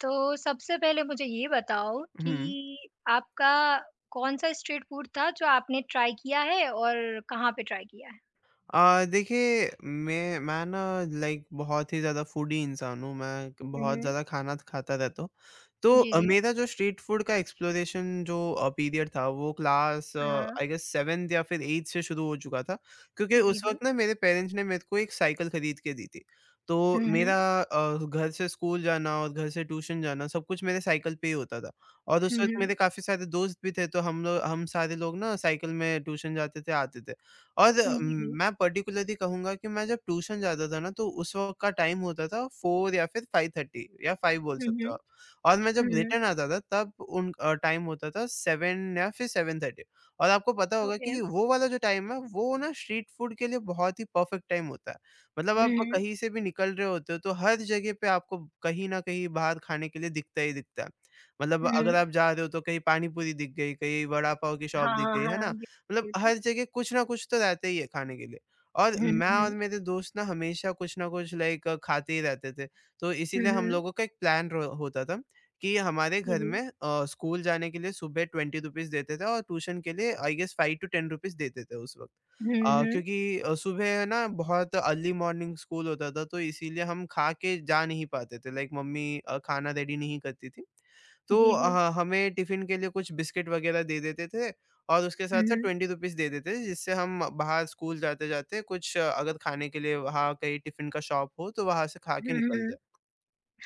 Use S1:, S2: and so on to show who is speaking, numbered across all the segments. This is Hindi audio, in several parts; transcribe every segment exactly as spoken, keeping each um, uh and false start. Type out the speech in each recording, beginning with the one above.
S1: तो सबसे पहले मुझे ये बताओ कि
S2: हुँ।
S1: आपका कौन-सा स्ट्रीट फूड था जो आपने ट्राई किया है और कहाँ पे ट्राई किया है?
S2: अ, देखिए मैं मैं ना लाइक बहुत ही ज़्यादा फूडी इंसान हूँ, मैं क
S1: हुँ,
S2: बहुत
S1: हुँ।
S2: ज़्यादा खाना खाता रहता हूँ। तो
S1: जी,
S2: अ,
S1: जी।
S2: मेरा जो स्ट्रीट फूड का एक्सप्लोरेशन जो अ, पीरियड था वो क्लास हुँ। अ,
S1: हाँ।
S2: आई गेस सेवंथ या फिर एथ से शुरू हो चुका था, क्योंकि
S1: जी,
S2: उस
S1: जी।
S2: वक़्त ना मेरे पेरेंट्स ने मेरे को एक साइकिल खरीद के दी थी। तो
S1: हुँ, हुँ।
S2: मेरा अ, घर से स्कूल जाना और घर से ट्यूशन जाना सब कुछ मेरे साइकिल पे ही होता था। और उस
S1: हुँ,
S2: वक़्त
S1: हुँ।
S2: मेरे काफ़ी सारे दोस्त भी थे, तो हम लोग हम सारे लोग ना साइकिल में ट्यूशन जाते थे, आते थे। और
S1: जी, जी।
S2: मैं पर्टिकुलरली कहूँगा कि मैं जब ट्यूशन जाता था ना, तो उस वक़्त का टाइम होता था फोर या फिर फाइव थर्टी या फाइव बोल
S1: हुँ,
S2: सकते
S1: हुँ।
S2: हो आप। और मैं
S1: हुँ,
S2: जब
S1: हुँ।
S2: रिटर्न आता था तब उन अ, टाइम होता था सेवन या फिर सेवन थर्टी। और आपको पता होगा
S1: ओके।
S2: कि वो वाला जो टाइम है, वो ना स्ट्रीट फूड के लिए बहुत ही परफेक्ट टाइम होता है। मतलब
S1: हुँ,
S2: आप
S1: हुँ।
S2: कहीं से भी निकल रहे होते हो, तो हर जगह पे आपको कहीं न कहीं बाहर खाने के लिए दिखता ही दिखता है। मतलब
S1: हुँ, हुँ।
S2: अगर आप जा रहे हो तो कहीं पानी पूरी दिख गई, कहीं वड़ा पाव की शॉप
S1: हाँ,
S2: दिख
S1: हाँ,
S2: गई, है ना?
S1: हाँ। बिल
S2: मतलब
S1: बिल्कुल।
S2: हर जगह कुछ ना कुछ तो रहता ही है खाने के लिए। और
S1: हुँ, हुँ,
S2: मैं और
S1: हुँ।
S2: मेरे दोस्त ना हमेशा कुछ ना कुछ लाइक खाते ही रहते थे। तो
S1: हुँ,
S2: इसीलिए हम
S1: हुँ।
S2: लोगों का एक प्लान होता था कि हमारे
S1: जी,
S2: घर
S1: जी।
S2: में अ, स्कूल जाने के लिए सुबह ट्वेंटी रुपीज़ देते थे और ट्यूशन के लिए I guess five to ten rupees देते थे उस वक्त।
S1: हुँ,
S2: अ,
S1: हुँ।
S2: क्योंकि अ, सुबह ना बहुत अर्ली मॉर्निंग स्कूल होता था तो इसीलिए हम खा के जा नहीं पाते थे, लाइक मम्मी अ, खाना रेडी नहीं करती थी। तो
S1: जी, जी।
S2: अ, हमें टिफिन के लिए कुछ बिस्किट वगैरह दे देते थे और उसके
S1: हुँ,
S2: साथ-साथ
S1: हुँ।
S2: ट्वेंटी रुपीज़ दे देते थे, जिससे हम बाहर स्कूल जाते-जाते कुछ अ, अगर खाने के लिए वहाँ कहीं टिफ़िन का शॉप हो, तो वहाँ से खा के
S1: हुँ, हुँ,
S2: निकल
S1: हुँ।
S2: जाएँ।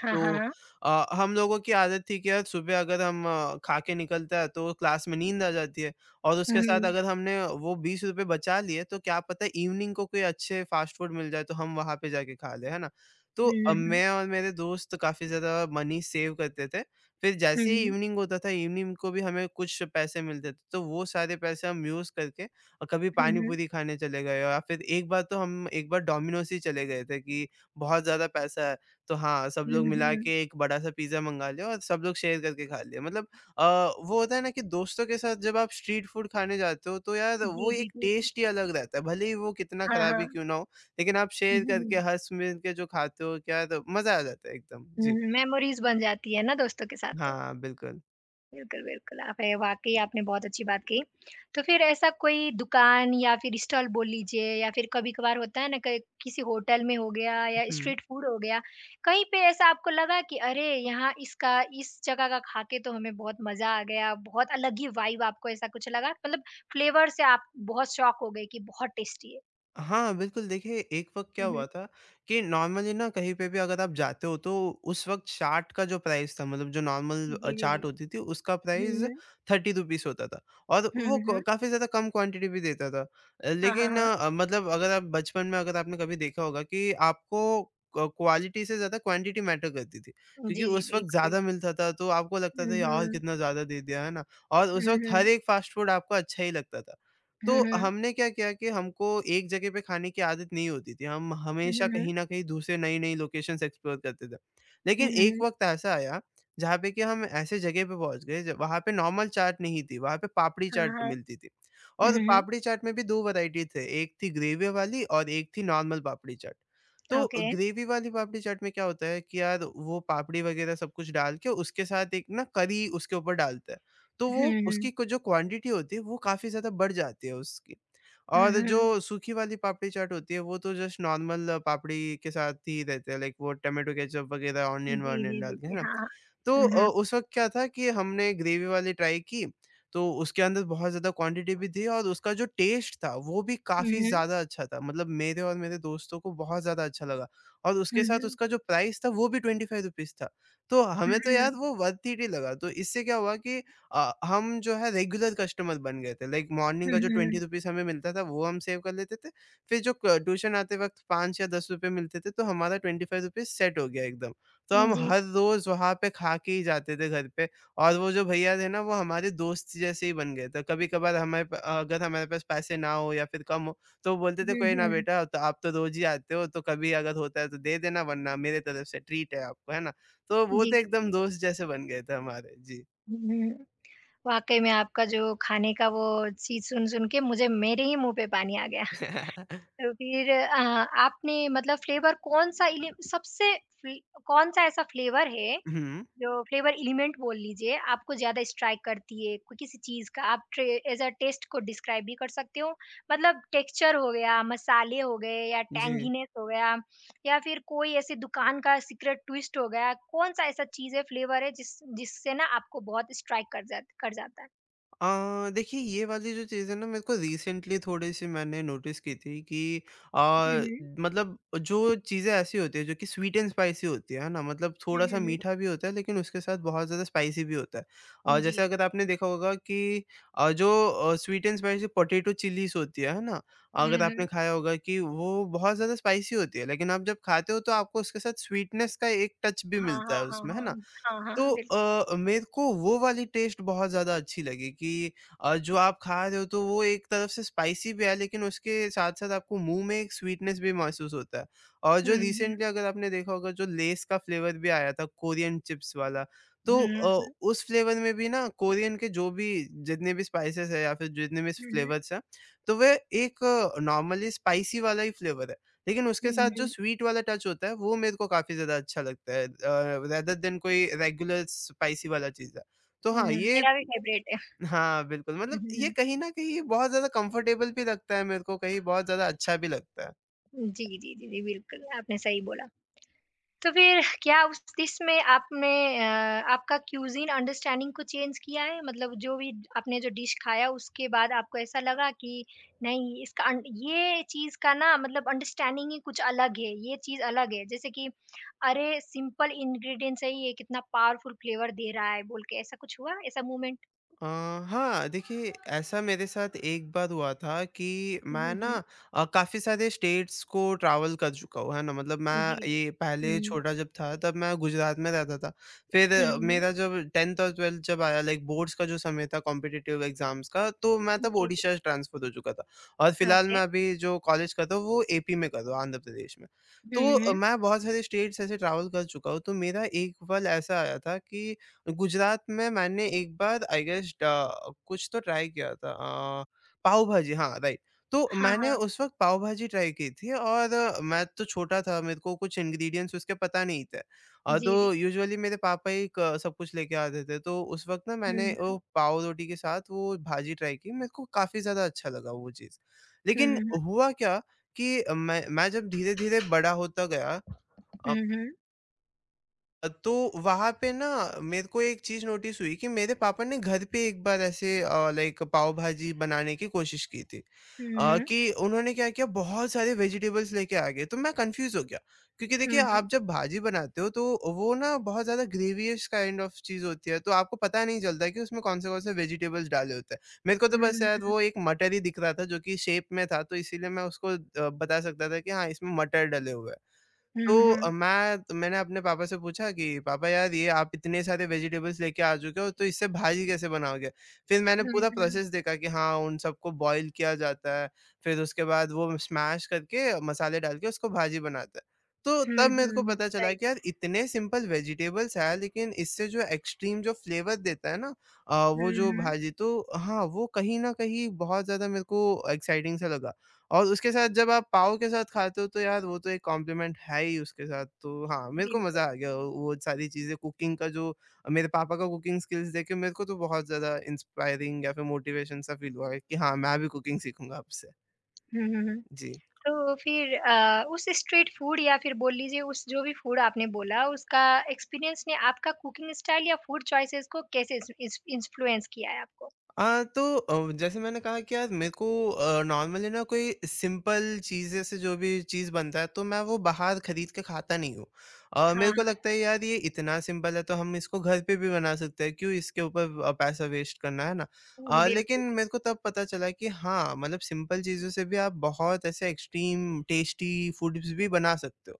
S1: हाँ,
S2: तो
S1: हाँ, हाँ।
S2: अ, हम लोगों की आदत थी कि यार सुबह अगर हम अ, खा के निकलते हैं तो क्लास में नींद आ जाती है। और उसके साथ
S1: हुँ,
S2: अगर हमने वो बीस रुपए बचा लिए तो क्या पता इवनिंग को कोई अच्छे फास्ट फूड मिल जाए तो हम वहां पे जाके खा ले, है ना। तो अ,
S1: हुँ।
S2: मैं और मेरे दोस्त काफी ज्यादा मनी सेव करते थे। फिर
S1: हुँ,
S2: जैसे
S1: हुँ,
S2: ही
S1: हुँ।
S2: इवनिंग होता था, इवनिंग को भी हमें कुछ पैसे मिलते थे तो वो सारे पैसे हम यूज करके और कभी
S1: हुँ,
S2: पानी
S1: हुँ।
S2: पूरी खाने चले गए या फिर एक बार तो हम एक बार डोमिनोज ही चले गए थे कि बहुत ज्यादा पैसा है। तो हाँ, सब
S1: हुँ,
S2: लोग
S1: हुँ। हुँ,
S2: मिला
S1: हुँ।
S2: के एक बड़ा-सा पिज़्ज़ा मँगा लिया और सब लोग शेयर करके खा लिया। मतलब अ, वो होता है ना कि दोस्तों के साथ जब आप स्ट्रीट फूड खाने जाते हो तो यार वो
S1: जी, जी,
S2: एक
S1: जी।
S2: टेस्ट ही अलग रहता है, भले ही वो कितना
S1: हाँ,
S2: खराब ही
S1: हाँ।
S2: क्यों ना हो, लेकिन आप
S1: हुँ,
S2: शेयर
S1: हुँ,
S2: करके
S1: हुँ।
S2: हँस-मिल के जो खाते हो क्या तो मज़ा आ जाता है एकदम।
S1: हुँ,
S2: जी।
S1: मेमोरीज़ बन जाती है ना दोस्तों के साथ तो।
S2: हाँ, बिल्कुल।
S1: बिल्कुल, बिल्कुल, आप ये वाक़ई आपने बहुत अच्छी बात कही। तो फिर ऐसा कोई दुकान या फिर स्टॉल बोल लीजिए या फिर कभी-कभार होता है ना क किसी होटल में हो गया या
S2: हुँ।
S1: स्ट्रीट फूड हो गया, कहीं पे ऐसा आपको लगा कि अरे! यहाँ इसका इस जगह का खा के तो हमें बहुत मज़ा आ गया, बहुत अलग ही वाइब आपको ऐसा कुछ लगा? मतलब फ्लेवर से आप बहुत शॉक हो गए कि बहुत टेस्टी है।
S2: हाँ, बिल्कुल, देखिए एक वक़्त क्या
S1: हुँ,
S2: हुआ
S1: हुँ।
S2: था कि नॉर्मली ना कहीं पे भी अगर आप जाते हो तो उस वक़्त चाट का जो प्राइस था मतलब जो नॉर्मल अ,
S1: जी, जी,
S2: चाट
S1: जी।
S2: होती थी उसका
S1: हुँ,
S2: प्राइस
S1: हुँ।
S2: ₹थर्टी रुपीस होता था और
S1: हुँ,
S2: वो क
S1: हुँ।
S2: काफ़ी ज़्यादा कम क्वांटिटी भी देता था। अ,
S1: हाँ, हाँ,
S2: लेकिन
S1: हाँ।
S2: अ, मतलब अगर आप बचपन में अगर आपने कभी देखा होगा कि आपको क क्वालिटी से ज़्यादा क्वांटिटी मैटर करती थी, क्योंकि
S1: जी, जी,
S2: उस वक़्त
S1: बिल्कुल,
S2: ज़्यादा
S1: बिल्कुल।
S2: मिलता था तो आपको लगता
S1: हुँ,
S2: था यार
S1: हुँ।
S2: कितना ज़्यादा दे दिया, है ना? और उस
S1: हुँ,
S2: वक़्त हर
S1: हुँ।
S2: एक फ़ास्ट फूड आपको अच्छा ही लगता था। तो
S1: हुँ, हुँ।
S2: हमने क्या किया कि हमको एक जगह पे खाने की आदत नहीं होती थी। हम
S1: हुँ,
S2: हमेशा
S1: हुँ, हुँ।
S2: कहीं न कहीं दूसरे नई-नई लोकेशंस एक्सप्लोर करते थे।
S1: हुँ,
S2: लेकिन
S1: हुँ,
S2: एक
S1: हुँ।
S2: वक़्त ऐसा आया जहाँ पे कि हम ऐसे जगह पे पहुँच गए ज वहाँ पे नॉर्मल चाट नहीं थी, वहाँ पे पापड़ी
S1: हाँ,
S2: चाट
S1: हाँ।
S2: मिलती थी।
S1: हुँ,
S2: और
S1: हुँ।
S2: पापड़ी चाट में भी दो वैरायटी थे, एक थी ग्रेवी वाली और एक थी नॉर्मल पापड़ी चाट। तो
S1: ओके।
S2: ग्रेवी वाली पापड़ी चाट में क्या होता है कि यार वो पापड़ी वग़ैरह सब कुछ डाल के उसके साथ एक ना करी उसके ऊपर डालता है। तो
S1: हुँ,
S2: वो उसकी
S1: हुँ।
S2: क जो क्वांटिटी होती है वो काफ़ी ज़्यादा बढ़ जाती है उसकी।
S1: हुँ,
S2: और जो
S1: हुँ।
S2: सूखी वाली पापड़ी चाट होती है वो तो जस्ट नॉर्मल पापड़ी के साथ ही रहते हैं, लाइक वो टोमेटो केचअप वग़ैरह
S1: जी,
S2: ऑनियन-वॉनियन
S1: जी,
S2: डाल
S1: जी,
S2: के, है
S1: जी।
S2: ना?
S1: हाँ, हाँ।
S2: तो
S1: हुँ,
S2: अ, उस वक़्त क्या था कि हमने ग्रेवी वाली ट्राई की, तो उसके अंदर बहुत ज़्यादा क्वांटिटी भी थी और उसका जो टेस्ट था वो भी काफ़ी
S1: हुँ।
S2: ज़्यादा अच्छा था। मतलब मेरे और मेरे दोस्तों को बहुत ज़्यादा अच्छा लगा। और
S1: हुँ,
S2: उसके साथ
S1: हुँ।
S2: उसका जो प्राइस था वो भी ₹ट्वेंटी फाइव था। तो
S1: हुँ,
S2: हमें तो यार
S1: हुँ।
S2: वो वर्थ इट ही लगा। तो इससे क्या हुआ कि अ, हम जो है रेगुलर कस्टमर बन गए थे। लाइक मॉर्निंग
S1: हुँ,
S2: का जो
S1: हुँ।
S2: ट्वेंटी
S1: हुँ,
S2: रुपीज़ हमें मिलता था वो हम सेव कर लेते थे। फिर जो क ट्यूशन आते वक़्त फाइव या दस रुपए मिलते थे तो हमारा ट्वेंटी फाइव रुपीज़ सेट हो गया एकदम। तो
S1: हुँ।
S2: हम
S1: जी।
S2: हर रोज़ वहाँ पे खा के ही जाते थे घर पे। और वो जो भैया थे ना वो हमारे दोस्त जैसे ही बन गए थे। कभी-कभार हमारे प अगर हमारे पास पैसे ना हो या फिर कम हो तो वो बोलते थे
S1: हुँ,
S2: कोई ना
S1: हुँ।
S2: बेटा तो आप तो रोज़ ही आते हो, तो कभी अगर होता है तो दे देना वरना मेरे तरफ से ट्रीट है आपको, है ना? तो वो
S1: जी।
S2: तो एकदम दोस्त जैसे बन गए थे हमारे। जी।
S1: हुँ, हुँ। वाक़ई में आपका जो खाने का वो चीज़ सुन-सुन के मुझे मेरे ही मुँह पे पानी आ गया। तो फिर अ, आपने मतलब फ्लेवर कौन-सा इलि सबसे फ्ले कौन-सा ऐसा फ्लेवर है
S2: हुँ,
S1: जो फ्लेवर एलिमेंट बोल लीजिए, आपको ज़्यादा स्ट्राइक करती है कोई किसी चीज़ का आप ट्रे एज़ अ टेस्ट को डिस्क्राइब भी कर सकते हो। मतलब टेक्सचर हो गया, मसाले हो गए या
S2: जी।
S1: टैंगीनेस हो गया या फिर कोई ऐसी दुकान का सीक्रेट ट्विस्ट हो गया, कौन-सा ऐसा चीज़ है, फ्लेवर है जिस जिससे ना आपको बहुत स्ट्राइक कर जात कर जाता है?
S2: अ, देखिए ये वाली जो चीज़ है ना मेरे को रिसेंटली थोड़ी-सी मैंने नोटिस की थी कि
S1: हुँ,
S2: अ,
S1: हुँ।
S2: मतलब जो चीज़ें ऐसी होती है जो कि स्वीट एंड स्पाइसी होती है, है ना? मतलब
S1: हुँ,
S2: थोड़ा-सा
S1: हुँ, हुँ।
S2: मीठा भी होता है लेकिन उसके साथ बहुत ज़्यादा स्पाइसी भी होता है। अ, जैसे
S1: जी।
S2: अगर आपने देखा होगा कि अ, जो अ, sweet and spicy potato chillies होती है, है ना?
S1: हुँ,
S2: अगर आपने
S1: हुँ।
S2: खाया होगा कि वो बहुत ज़्यादा स्पाइसी होती है लेकिन आप जब खाते हो तो आपको उसके साथ स्वीटनेस का एक टच भी
S1: हाँ,
S2: मिलता
S1: हाँ,
S2: है
S1: हाँ,
S2: उसमें, है
S1: हाँ।
S2: ना?
S1: हाँ,
S2: तो
S1: हाँ, बिल्कुल।
S2: अ, मेरे को वो वाली टेस्ट बहुत ज़्यादा अच्छी लगी कि अ, जो आप खा रहे हो तो वो एक तरफ से स्पाइसी भी है लेकिन उसके साथ-साथ आपको मुँह में एक स्वीटनेस भी महसूस होता है। और
S1: हुँ,
S2: जो रिसेंटली
S1: हुँ।
S2: अगर आपने देखा होगा जो लेज़ का फ्लेवर भी आया था कोरियन चिप्स वाला, तो
S1: हुँ, हुँ,
S2: अ,
S1: हुँ।
S2: उस फ्लेवर में भी ना कोरियन के जो भी जितने भी स्पाइसेस हैं या फिर जितने भी
S1: हुँ, हुँ।
S2: फ्लेवर्स हैं, तो वह एक नॉर्मली स्पाइसी वाला ही फ्लेवर है। लेकिन उसके
S1: हुँ,
S2: साथ जो
S1: हुँ।
S2: स्वीट वाला टच होता है वो मेरे को काफ़ी ज़्यादा अच्छा लगता है, अ, रेदर देन कोई रेगुलर स्पाइसी वाला चीज़ है। तो
S1: हुँ,
S2: हाँ,
S1: हुँ।
S2: ये
S1: मेरा भी फेवरेट है।
S2: हाँ, बिल्कुल,
S1: हुँ,
S2: मतलब ये
S1: हुँ।
S2: कहीं न कहीं बहुत ज़्यादा कम्फ़र्टेबल भी लगता है मेरे को, कहीं बहुत ज़्यादा अच्छा भी लगता है।
S1: जी, जी, जी, जी, बिल्कुल, आपने सही बोला। तो फिर क्या उस डिश में आपने अ, आपका क्यूज़ीन अंडरस्टैंडिंग को चेंज किया है? मतलब जो भी आपने जो डिश खाया उसके बाद आपको ऐसा लगा कि नहीं इसका अन ये चीज़ का ना मतलब अंडरस्टैंडिंग ही कुछ अलग है, ये चीज़ अलग है। जैसे कि अरे! सिंपल इंग्रीडिएंट से ही ये कितना पावरफुल फ्लेवर दे रहा है बोल के ऐसा कुछ हुआ? ऐसा मोमेंट?
S2: अ, हाँ, देखिए ऐसा मेरे साथ एक बार हुआ था कि
S1: हुँ,
S2: मैं
S1: हुँ,
S2: ना
S1: हुँ।
S2: अ, काफ़ी सारे स्टेट्स को ट्रैवल कर चुका हूँ, है ना? मतलब
S1: जी,
S2: मैं
S1: जी।
S2: ये पहले
S1: हुँ।
S2: छोटा जब था तब मैं गुजरात में रहता था। फिर
S1: हुँ,
S2: अ,
S1: हुँ।
S2: मेरा जब टेंथ और ट्वेल्फ्थ जब आया, लाइक बोर्ड्स का जो समय था कॉम्पिटिटिव एग्ज़ाम्स का, तो मैं तब
S1: जी, जी।
S2: ओडिशा ट्रांसफ़र हो चुका था। और फिलहाल
S1: ओके।
S2: मैं अभी जो कॉलेज कर रहा हूँ वो एपी में कर रहा हूँ, आंध्र प्रदेश में। तो
S1: हुँ,
S2: अ,
S1: हुँ।
S2: मैं बहुत सारे स्टेट्स ऐसे ट्रैवल कर चुका हूँ, तो मेरा एक पल ऐसा आया था कि गुजरात में मैंने एक बार आई गेस ड कुछ तो ट्राई किया था अ, पाव भाजी हाँ, राइट। तो
S1: हाँ,
S2: मैंने
S1: हाँ।
S2: उस वक़्त पाव भाजी ट्राई की थी और अ, मैं तो छोटा था, मेरे को कुछ इंग्रीडिएंट्स उसके पता नहीं थे। अ,
S1: जी, जी।
S2: तो यूजुअली मेरे पापा ही क सब कुछ लेके आते थे, तो उस वक़्त ना मैंने
S1: हुँ,
S2: वो पाव रोटी के साथ वो भाजी ट्राई की, मेरे को काफ़ी ज़्यादा अच्छा लगा वो चीज़।
S1: हुँ,
S2: लेकिन
S1: हुँ,
S2: हुआ क्या कि मैं मैं जब धीरे-धीरे बड़ा होता गया, अ,
S1: हुँ।
S2: अ, तो वहाँ पे ना मेरे को एक चीज़ नोटिस हुई कि मेरे पापा ने घर पे एक बार ऐसे अ, लाइक पाव भाजी बनाने की कोशिश की थी।
S1: हुँ,
S2: अ,
S1: हुँ।
S2: कि उन्होंने क्या किया बहुत सारे वेजिटेबल्स लेके आ गए तो मैं कन्फ्यूज़ हो गया। क्योंकि
S1: हुँ,
S2: देखिए
S1: हुँ।
S2: आप जब भाजी बनाते हो तो वो ना बहुत ज़्यादा ग्रेवीइश काइंड ऑफ चीज़ होती है तो आपको पता नहीं चलता कि उसमें कौन से कौन से वेजिटेबल्स डाले होते हैं। मेरे को तो
S1: हुँ,
S2: बस शायद
S1: हुँ।
S2: वो एक मटर ही दिख रहा था जो कि शेप में था तो इसीलिए मैं उसको अ, बता सकता था कि हाँ इसमें मटर डले हुए हैं।
S1: हुँ,
S2: तो अ,
S1: हुँ।
S2: मैं तो मैंने अपने पापा से पूछा कि पापा यार ये आप इतने सारे वेजिटेबल्स लेके आ चुके हो तो इससे भाजी कैसे बनाओगे? फिर मैंने
S1: हुँ, हुँ।
S2: पूरा
S1: हुँ, हुँ।
S2: प्रोसेस देखा कि हाँ, उन सबको बॉयल किया जाता है, फिर उसके बाद वो स्मैश करके मसाले डाल के उसको भाजी बनाते हैं। तो
S1: हुँ,
S2: तब मेरे को
S1: हुँ।
S2: पता चला
S1: राइट।
S2: कि यार इतने सिंपल वेजिटेबल्स हैं लेकिन इससे जो एक्सट्रीम जो फ्लेवर देता है ना अ, वो
S1: हुँ,
S2: जो
S1: हुँ।
S2: भाजी तो हाँ, वो कहीं न कहीं बहुत ज़्यादा मेरे को एक्साइटिंग सा लगा। और उसके साथ जब आप पाव के साथ खाते हो तो यार वो तो एक कॉम्प्लीमेंट है ही उसके साथ। तो हाँ, मेरे को
S1: बिल्कुल।
S2: मज़ा आ गया वो वो सारी चीज़ें कुकिंग का जो मेरे पापा का कुकिंग स्किल्स देख के मेरे को तो बहुत ज़्यादा इंस्पायरिंग या फिर मोटिवेशन सा फ़ील हुआ है कि हाँ, मैं भी कुकिंग सीखूँगा अब से।
S1: हुँ, हुँ, हुँ।
S2: जी।
S1: तो फिर अ, उस स्ट्रीट फूड या फिर बोल लीजिए उस जो भी फूड आपने बोला उसका एक्सपीरियंस ने आपका कुकिंग स्टाइल या फूड चॉइसेस को कैसे इस इस इन्फ्लुएंस किया है आपको?
S2: अ, तो अ, जैसे मैंने कहा कि यार मेरे को अ, नॉर्मली ना कोई सिंपल चीज़ें से जो भी चीज़ बनता है तो मैं वो बाहर खरीद के खाता नहीं हूँ। अ, मेरे को
S1: हाँ,
S2: लगता है यार ये इतना सिंपल है तो हम इसको घर पे भी बना सकते हैं, क्यों इसके ऊपर अ, पैसा वेस्ट करना, है ना?
S1: हुँ,
S2: अ, लेकिन
S1: बिल्कुल।
S2: मेरे को तब पता चला कि हाँ, मतलब सिंपल चीज़ों से भी आप बहुत ऐसे एक्सट्रीम टेस्टी फूड्स भी बना सकते हो।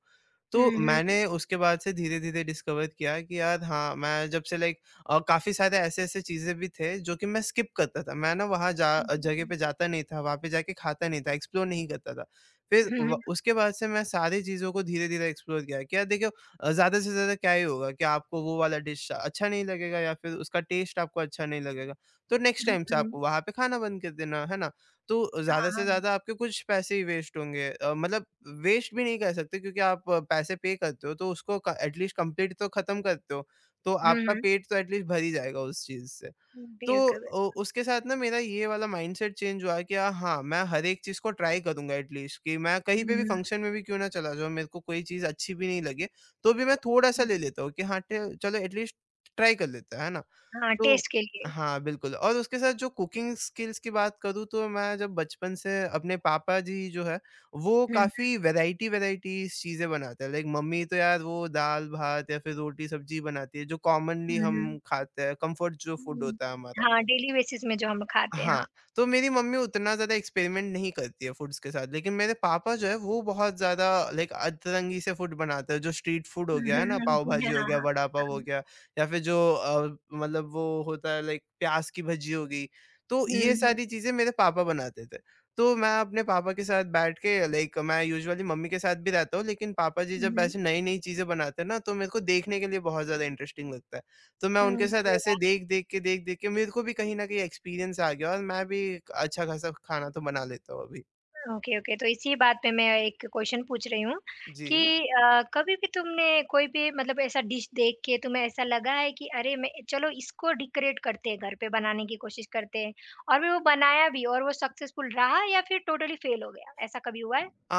S1: हुँ,
S2: तो
S1: हुँ।
S2: मैंने उसके बाद से धीरे-धीरे डिस्कवर किया कि यार हाँ, मैं जब से लाइक अ, काफ़ी सारे ऐसे-ऐसे चीज़ें भी थे जो कि मैं स्किप करता था। मैं ना वहाँ जा जगह
S1: बिल्कुल।
S2: पे जाता नहीं था, वहाँ पे जाके खाता नहीं था, एक्सप्लोर नहीं करता था। फिर
S1: हुँ,
S2: व
S1: हुँ।
S2: उसके बाद से मैं सारी चीज़ों को धीरे-धीरे एक्सप्लोर किया कि यार देखिए अ, ज़्यादा से ज़्यादा क्या ही होगा कि आपको वो वाला डिश अच्छा नहीं लगेगा या फिर उसका टेस्ट आपको अच्छा नहीं लगेगा। तो नेक्स्ट
S1: हुँ,
S2: टाइम से आप
S1: हुँ।
S2: वहाँ पे खाना बंद कर देना, है ना? तो
S1: हाँ,
S2: ज़्यादा से
S1: हाँ।
S2: ज़्यादा आपके कुछ पैसे ही वेस्ट होंगे अ, मतलब वेस्ट भी नहीं कह सकते क्योंकि आप अ, पैसे पे करते हो तो उसको क एटलीस्ट कंप्लीट तो ख़त्म करते हो, तो आपका
S1: हुँ,
S2: पेट तो एटलीस्ट भर ही जाएगा उस चीज़ से।
S1: हुँ।
S2: तो
S1: बिल्कुल।
S2: अ, उसके साथ ना मेरा ये वाला माइंडसेट चेंज हुआ कि अ, हाँ, मैं हर एक चीज़ को ट्राई करूँगा एटलीस्ट कि मैं कहीं पे
S1: हुँ,
S2: भी फंक्शन में भी क्यों ना चला जाऊँ, मेरे को कोई चीज़ अच्छी भी नहीं लगे, तो भी मैं थोड़ा-सा
S1: हुँ।
S2: ले लेता हूँ कि हाँ, ट चलो एटलीस्ट ट्राई कर लेते हैं, है ना?
S1: हाँ,
S2: तो
S1: टेस्ट के लिए।
S2: हाँ, बिल्कुल और उसके साथ जो कुकिंग स्किल्स की बात करूँ तो मैं जब बचपन से अपने पापा जी जो है, वो
S1: हुँ, हुँ,
S2: काफ़ी वैराइटी-वैराइटीज़ चीज़ें बनाते हैं। लाइक मम्मी तो यार वो दाल-भात या फिर रोटी-सब्जी बनाती है जो कॉमनली
S1: हुँ, हुँ।
S2: हम खाते हैं, कम्फर्ट जो फूड
S1: हुँ।
S2: होता है हमारा।
S1: हाँ, डेली बेसिस में जो हम खाते हैं,
S2: हाँ,
S1: हाँ।
S2: तो मेरी मम्मी उतना ज़्यादा एक्सपेरिमेंट नहीं करती है फूड्स के साथ, लेकिन मेरे पापा जो है वो बहुत ज़्यादा लाइक अतरंगी से फूड बनाते हैं, जो स्ट्रीट फूड हो
S1: हुँ,
S2: गया है ना,
S1: हुँ, हुँ,
S2: पाव भाजी
S1: हुँ,
S2: हो गया,
S1: हाँ,
S2: वड़ा पाव हो
S1: हाँ।
S2: गया या फिर जो अ, मतलब वो होता है लाइक प्याज़ की भजी हो गई, तो
S1: हुँ,
S2: ये
S1: हुँ,
S2: सारी चीज़ें मेरे पापा बनाते थे। तो मैं अपने पापा के साथ बैठ के लाइक मैं यूजुअली मम्मी के साथ भी रहता हूँ, लेकिन पापा जी
S1: हुँ,
S2: जब
S1: हुँ।
S2: ऐसे नई-नई चीज़ें बनाते हैं ना, तो मेरे को देखने के लिए बहुत ज़्यादा इंटरेस्टिंग लगता है। तो मैं उनके साथ
S1: अरे
S2: ऐसे
S1: वाह!
S2: देख-देख के, देख-देख के मेरे को भी कहीं न कहीं एक्सपीरियंस आ गया और मैं भी अच्छा-खासा खाना तो बना लेता हूँ अभी।
S1: ओके, ओके, तो इसी बात पे मैं एक क्वेश्चन पूछ रही हूँ
S2: जी।
S1: कि अ, कभी भी तुमने कोई भी मतलब ऐसा डिश देख के तुम्हें ऐसा लगा है कि अरे मैं चलो इसको डेकोरेट करते हैं, घर पे बनाने की कोशिश करते हैं और फिर वो बनाया भी और वो सक्सेसफुल रहा या फिर टोटली फेल हो गया, ऐसा कभी हुआ है?
S2: अ,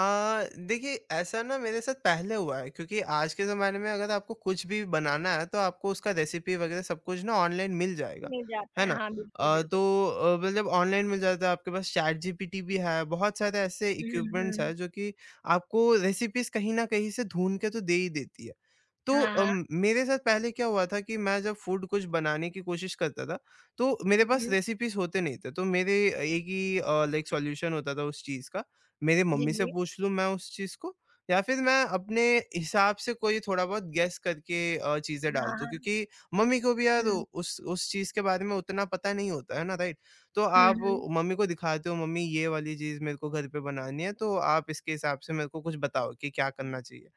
S2: देखिए ऐसा ना मेरे साथ पहले हुआ है क्योंकि आज के ज़माने में अगर आपको कुछ भी बनाना है तो आपको उसका रेसिपी वग़ैरह सब कुछ ना ऑनलाइन मिल जाएगा,
S1: मिल जाता
S2: है
S1: है,
S2: ना?
S1: हाँ, बिल्कुल,
S2: अ,
S1: बिल्कुल।
S2: तो अ, मतलब ऑनलाइन मिल जाता है आपके पास चैट जीपीटी भी है, बहुत सारे ऐसे
S1: हुँ,
S2: इक्विपमेंट्स
S1: हुँ।
S2: हैं जो कि आपको रेसिपीज़ कहीं न कहीं से ढूँढ के तो दे ही देती है। तो
S1: हाँ, हाँ।
S2: अम, मेरे साथ पहले क्या हुआ था कि मैं जब फूड कुछ बनाने की कोशिश करता था, तो मेरे
S1: हुँ,
S2: पास
S1: हुँ।
S2: रेसिपीज़ होते नहीं थे। तो मेरे एक ही अ, लाइक सॉल्यूशन होता था उस चीज़ का, मेरे
S1: जी,
S2: मम्मी से
S1: जी।
S2: पूछ लूँ मैं उस चीज़ को या फिर मैं अपने हिसाब से कोई थोड़ा बहुत गेस करके अ, चीज़ें डाल
S1: हाँ,
S2: दूँ
S1: हाँ।
S2: क्योंकि मम्मी को भी यार उ-
S1: हुँ।
S2: उस उस चीज़ के बारे में उतना पता नहीं होता है ना, राइट? तो
S1: हुँ,
S2: आप
S1: हुँ।
S2: मम्मी को दिखाते हो, "मम्मी ये वाली चीज़ मेरे को घर पे बनानी है, तो आप इसके हिसाब से मेरे को कुछ बताओ कि क्या करना चाहिए?"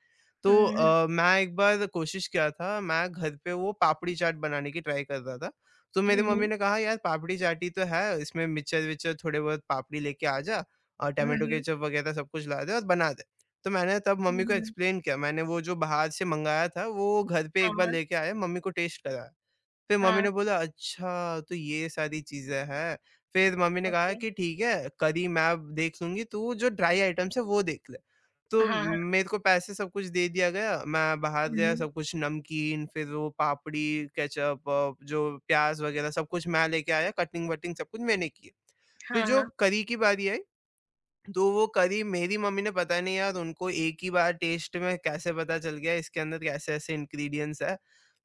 S2: तो
S1: हुँ, हुँ।
S2: अ, मैं एक बार कोशिश किया था, मैं घर पे वो पापड़ी चाट बनाने की ट्राई कर रहा था। तो मेरी
S1: हुँ,
S2: मम्मी
S1: हुँ।
S2: ने कहा, "यार पापड़ी चाट ही तो है, इसमें मिक्सचर-विक्सचर थोड़े बहुत पापड़ी लेके आ जा और
S1: हुँ,
S2: टोमेटो
S1: हुँ।
S2: केचप वगैरह सब कुछ ला दे और बना दे।" तो मैंने तब
S1: हुँ,
S2: मम्मी को
S1: हुँ।
S2: एक्सप्लेन किया, मैंने वो जो बाहर से मँगाया था, वो घर पे
S1: हाँ,
S2: एक बार
S1: हाँ।
S2: लेके आया, मम्मी को टेस्ट कराया। फिर मम्मी
S1: हाँ,
S2: ने बोला अच्छा तो ये सारी चीज़ें हैं। फिर मम्मी ने कहा
S1: ओके।
S2: कि ठीक है करी मैं अब देख लूँगी तू जो ड्राई आइटम्स है वो देख ले। तो
S1: हाँ, हाँ।
S2: मेरे को पैसे सब कुछ दे दिया गया, मैं बाहर
S1: हुँ,
S2: गया
S1: हुँ।
S2: सब कुछ नमकीन फिर वो पापड़ी, केचअप अ, जो प्याज़ वग़ैरह सब कुछ मैं लेके आया कटिंग-वटिंग सब कुछ मैंने की। फिर
S1: हाँ,
S2: जो
S1: हाँ।
S2: करी की बारी आई, तो वो करी मेरी मम्मी ने पता नहीं यार उनको एक ही बार टेस्ट में कैसे पता चल गया इसके अंदर कैसे-ऐसे इंग्रीडिएंट्स है।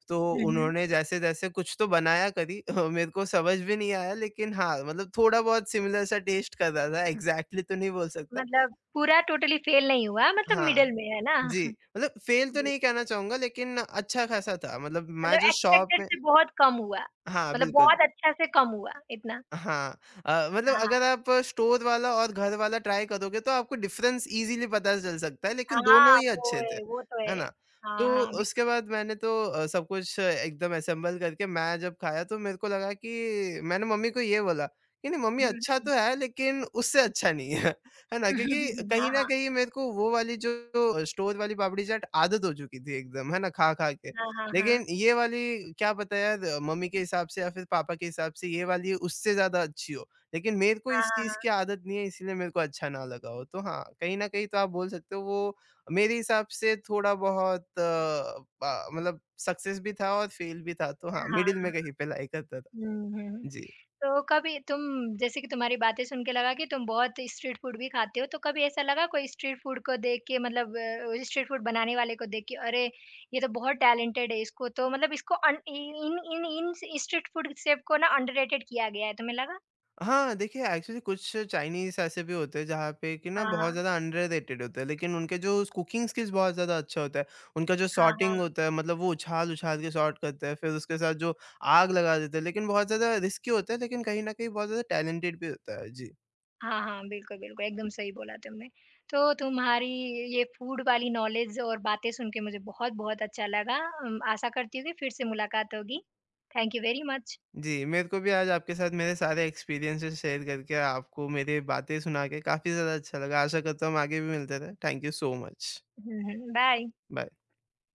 S2: तो
S1: हुँ, हुँ।
S2: उन्होंने जैसे-जैसे कुछ तो बनाया करी मेरे को समझ भी नहीं आया लेकिन हाँ, मतलब थोड़ा बहुत सिमिलर सा टेस्ट कर रहा था, एग्ज़ैक्टली तो नहीं बोल सकता।
S1: मतलब पूरा टोटली फेल नहीं हुआ मतलब
S2: हाँ,
S1: मिडल में, है ना?
S2: जी, मतलब फ़ेल तो
S1: जी।
S2: नहीं कहना चाहूँगा लेकिन अच्छा खासा था। मतलब मैं
S1: मतलब
S2: जो शॉप
S1: एक्सपेक्टेड
S2: में
S1: से बहुत कम हुआ।
S2: हाँ,
S1: मतलब
S2: बिल्कुल।
S1: बहुत अच्छा से कम हुआ, इतना।
S2: हाँ अ, मतलब
S1: हाँ, हाँ।
S2: अगर आप स्टोर वाला और घर वाला ट्राई करोगे तो आपको डिफ़रेंस ईज़िली पता चल सकता है, लेकिन दोनों
S1: हाँ,
S2: ही
S1: वो
S2: अच्छे थे,
S1: है, वो तो
S2: है
S1: है।
S2: ना?
S1: हाँ,
S2: तो
S1: हाँ,
S2: उसके
S1: बिल्कुल।
S2: बाद मैंने तो अ, सब कुछ एकदम असेंबल करके मैं जब खाया तो मेरे को लगा कि मैंने मम्मी को ये बोला कि नहीं मम्मी
S1: हुँ,
S2: अच्छा
S1: हुँ।
S2: तो है लेकिन उससे अच्छा नहीं है, है ना? क्योंकि कहीं
S1: हाँ,
S2: न
S1: हाँ।
S2: कहीं मेरे को वो वाली जो स्टोर वाली पापड़ी चाट आदत हो चुकी थी एकदम, है ना? खा-खा के।
S1: हाँ, हाँ, हाँ।
S2: लेकिन ये वाली क्या पता यार मम्मी के हिसाब से या फिर पापा के हिसाब से ये वाली उससे ज़्यादा अच्छी हो। लेकिन मेरे को
S1: हाँ,
S2: इस
S1: हाँ,
S2: चीज़
S1: हाँ।
S2: की आदत नहीं है इसलिए मेरे को अच्छा ना लगा हो। तो हाँ, कहीं न कहीं तो आप बोल सकते हो वो मेरे हिसाब से थोड़ा बहुत अ, ब मतलब सक्सेस भी था और फेल भी था। तो हाँ,
S1: हाँ,
S2: मिडल में
S1: हाँ।
S2: कहीं पे लाई करता था।
S1: हुँ, हुँ।
S2: जी।
S1: तो कभी तुम जैसे कि तुम्हारी बातें सुन के लगा कि तुम बहुत स्ट्रीट फूड भी खाते हो, तो कभी ऐसा लगा कोई स्ट्रीट फूड को देख के मतलब अ, स्ट्रीट फूड बनाने वाले को देख के अरे! ये तो बहुत टैलेंटेड है इसको तो मतलब इसको अन इन इन इन स्ट्रीट फूड शेफ को ना अंडररेटेड किया गया है, तुम्हें लगा?
S2: हाँ, देखिए एक्चुअली कुछ चाइनीज़ ऐसे भी होते हैं जहाँ पे कि ना बहुत
S1: हाँ,
S2: ज़्यादा अंडररेटेड होते हैं, लेकिन उनके जो कुकिंग स्किल्स बहुत ज़्यादा अच्छा होता है। उनका जो
S1: हाँ, हाँ।
S2: सॉर्टिंग होता है मतलब वो उछाल-उछाल के सॉर्ट करते हैं, फिर उसके साथ जो आग लगा देते हैं, लेकिन बहुत ज़्यादा रिस्की होता है लेकिन कहीं न कहीं बहुत ज़्यादा टैलेंटेड भी होता है। जी।
S1: हाँ, हाँ, हाँ, बिल्कुल, बिल्कुल, एकदम सही बोला तुमने। तो तुम्हारी ये फूड वाली नॉलेज और बातें सुन के मुझे बहुत-बहुत अच्छा लगा। अम, आशा करती हूँ कि फिर से मुलाकात होगी। Thank you very much.
S2: जी, मेरे को भी आज आपके साथ मेरे सारे एक्सपीरियंसेस शेयर करके आपको मेरी बातें सुना के काफ़ी ज़्यादा अच्छा लगा। आशा करता हूँ हम आगे भी मिलते रहें। Thank you so much.
S1: हुँ, हुँ, बाय।
S2: बाय।